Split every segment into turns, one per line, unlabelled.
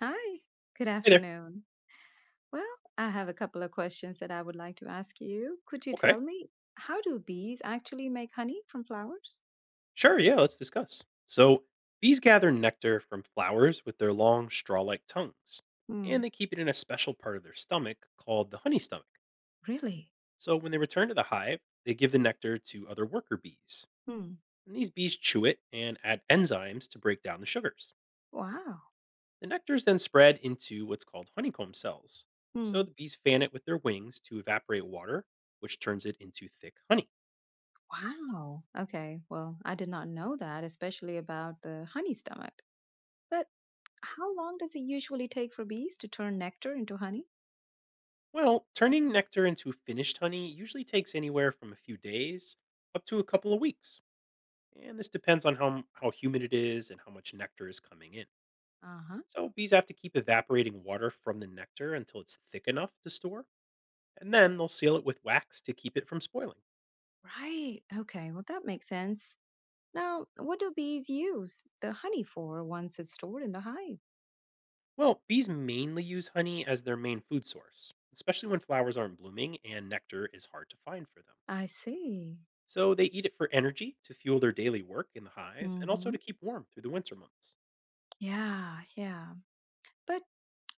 Hi, good
Hey there.
afternoon. Well, I have a couple of questions that I would like to ask you. Could you
Okay.
tell me, how do bees actually make honey from flowers?
Sure. Yeah. Let's discuss. So, bees gather nectar from flowers with their long straw like tongues,
Hmm.
and they keep it in a special part of their stomach called the honey stomach.
Really?
So, when they return to the hive, they give the nectar to other worker bees.
Hmm.
And these bees chew it and add enzymes to break down the sugars.
Wow.
The nectar is then spread into what's called honeycomb cells. So,
Hmm.
the bees fan it with their wings to evaporate water, which turns it into thick honey.
Wow. Okay, well, I did not know that, especially about the honey stomach. But how long does it usually take for bees to turn nectar into honey?
Well, turning nectar into finished honey usually takes anywhere from a few days up to a couple of weeks. And this depends on how, how humid it is and how much nectar is coming in.
Uh-huh.
So bees have to keep evaporating water from the nectar until it's thick enough to store, and then they'll seal it with wax to keep it from spoiling.
Right. Okay, well, that makes sense. Now, what do bees use the honey for once it's stored in the hive?
Well, bees mainly use honey as their main food source, especially when flowers aren't blooming and nectar is hard to find for them.
I see.
So they eat it for energy to fuel their daily work in the hive and also
Hmm.
to keep warm through the winter months.
Yeah, yeah. But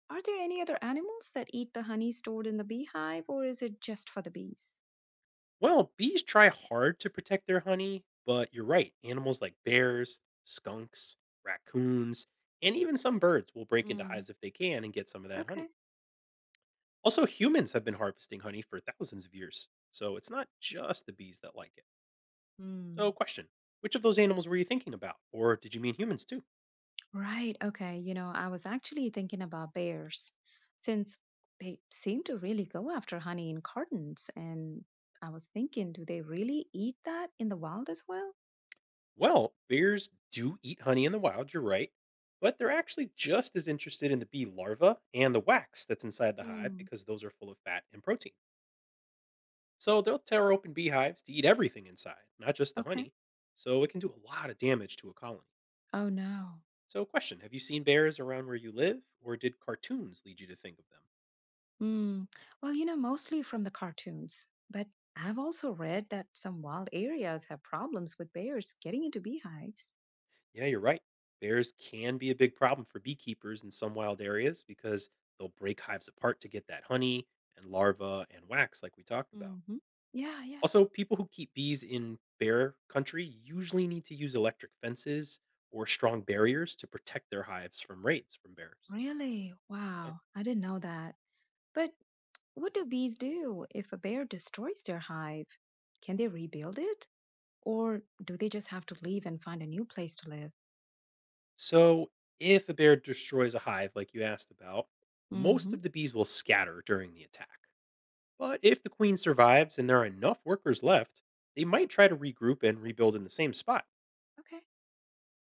are there any other animals that eat the honey stored in the beehive, or is it just for the bees?
Well, bees try hard to protect their honey, but you're right. Animals like bears, skunks, raccoons, and even some birds will break into
Mm.
hives if they can and get some of that
Okay.
honey. Also, humans have been harvesting honey for thousands of years, so it's not just the bees that like it. So,
Mm.
question: Which of those animals were you thinking about? Or did you mean humans too?
Right. Okay. You know, I was actually thinking about bears, since they seem to really go after honey in cartons. And I was thinking, do they really eat that in the wild as well?
Well, bears do eat honey in the wild, you're right, but they're actually just as interested in the bee larva and the wax that's inside the hive
Mm.
because those are full of fat and protein. So they'll tear open beehives to eat everything inside, not just the
Okay.
honey. So it can do a lot of damage to a colony.
Oh, no.
So, question: Have you seen bears around where you live, or did cartoons lead you to think of them?
Mm. Well, you know, mostly from the cartoons, but I've also read that some wild areas have problems with bears getting into beehives.
Yeah, you're right. Bears can be a big problem for beekeepers in some wild areas because they'll break hives apart to get that honey and larva and wax, like we talked about.
Hmm. Yeah, yeah.
Also, people who keep bees in bear country usually need to use electric fences or strong barriers to protect their hives from raids from bears.
Really?
Yeah.
Wow. I didn't know that. But what do bees do if a bear destroys their hive? Can they rebuild it? Or do they just have to leave and find a new place to live?
So, if a bear destroys a hive, like you asked about, most
Hmm.
of the bees will scatter during the attack. But if the queen survives and there are enough workers left, they might try to regroup and rebuild in the same spot.
Okay.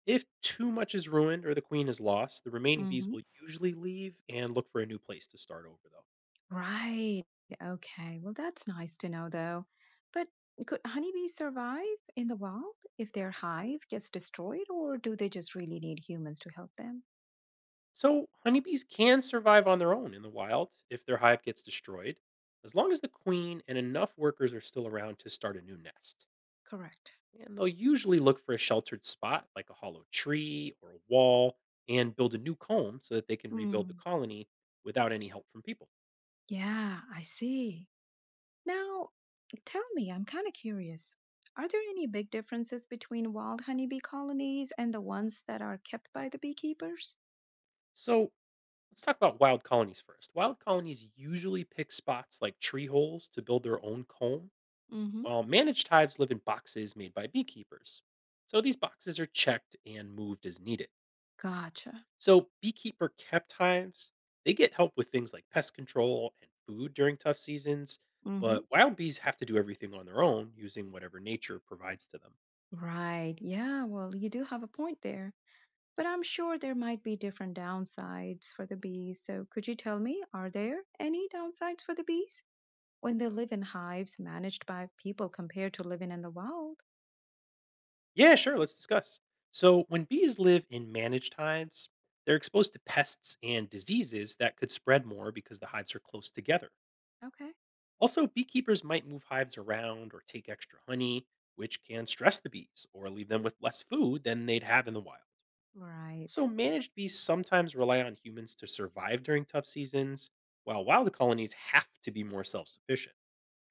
If too much is ruined or the queen is lost, the remaining bees
Hmm.
will usually leave and look for a new place to start over, though.
Right. Okay. Well, that's nice to know, though. But could honeybees survive in the wild if their hive gets destroyed, or do they just really need humans to help them?
So, honeybees can survive on their own in the wild if their hive gets destroyed, as long as the queen and enough workers are still around to start a new nest.
Correct.
And they'll usually look for a sheltered spot like a hollow tree or a wall and build a new comb so that they can rebuild the
Mm.
colony without any help from people.
Yeah, I see. Now, tell me, I'm kind of curious. Are there any big differences between wild honeybee colonies and the ones that are kept by the beekeepers?
So let's talk about wild colonies first. Wild colonies usually pick spots like tree holes to build their own comb,
Mm-hmm.
while managed hives live in boxes made by beekeepers. So these boxes are checked and moved as needed.
Gotcha.
So beekeeper kept hives, they get help with things like pest control and food during tough seasons,
Mm-hmm.
but wild bees have to do everything on their own using whatever nature provides to them.
Right. Yeah. Well, you do have a point there. But I'm sure there might be different downsides for the bees. So could you tell me, are there any downsides for the bees when they live in hives managed by people compared to living in the wild?
Yeah, sure, let's discuss. So when bees live in managed hives, they're exposed to pests and diseases that could spread more because the hives are close together.
Okay.
Also, beekeepers might move hives around or take extra honey, which can stress the bees or leave them with less food than they'd have in the wild. Also,
Right.
managed bees sometimes rely on humans to survive during tough seasons, while wild colonies have to be more self sufficient.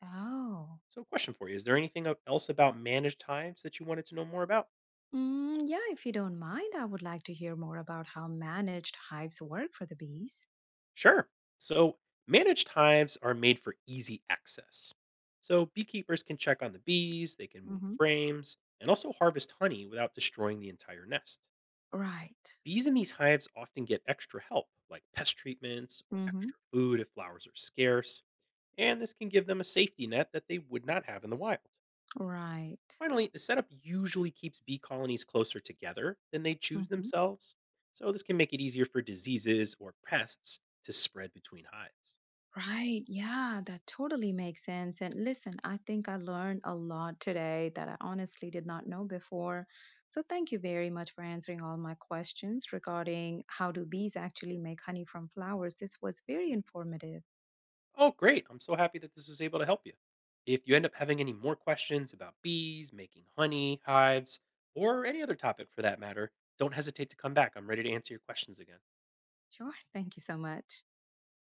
Oh.
So, question for you: Is there anything else about managed hives that you wanted to know more about?
Mm, yeah, if you don't mind, I would like to hear more about how managed hives work for the bees.
Sure. So, managed hives are made for easy access. So, beekeepers can check on the bees, they can move
Mm-hmm.
frames, and also harvest honey without destroying the entire nest.
Right.
Bees in these hives often get extra help, like pest treatments or
Hmm.
extra food if flowers are scarce, and this can give them a safety net that they would not have in the wild.
Right.
Finally, the setup usually keeps bee colonies closer together than they choose
Hmm.
themselves, so this can make it easier for diseases or pests to spread between hives.
Right. Yeah, that totally makes sense. And listen, I think I learned a lot today that I honestly did not know before. So thank you very much for answering all my questions regarding how do bees actually make honey from flowers. This was very informative.
Oh, great! I'm so happy that this was able to help you. If you end up having any more questions about bees, making honey, hives, or any other topic for that matter, don't hesitate to come back. I'm ready to answer your questions again.
Sure. Thank you so much.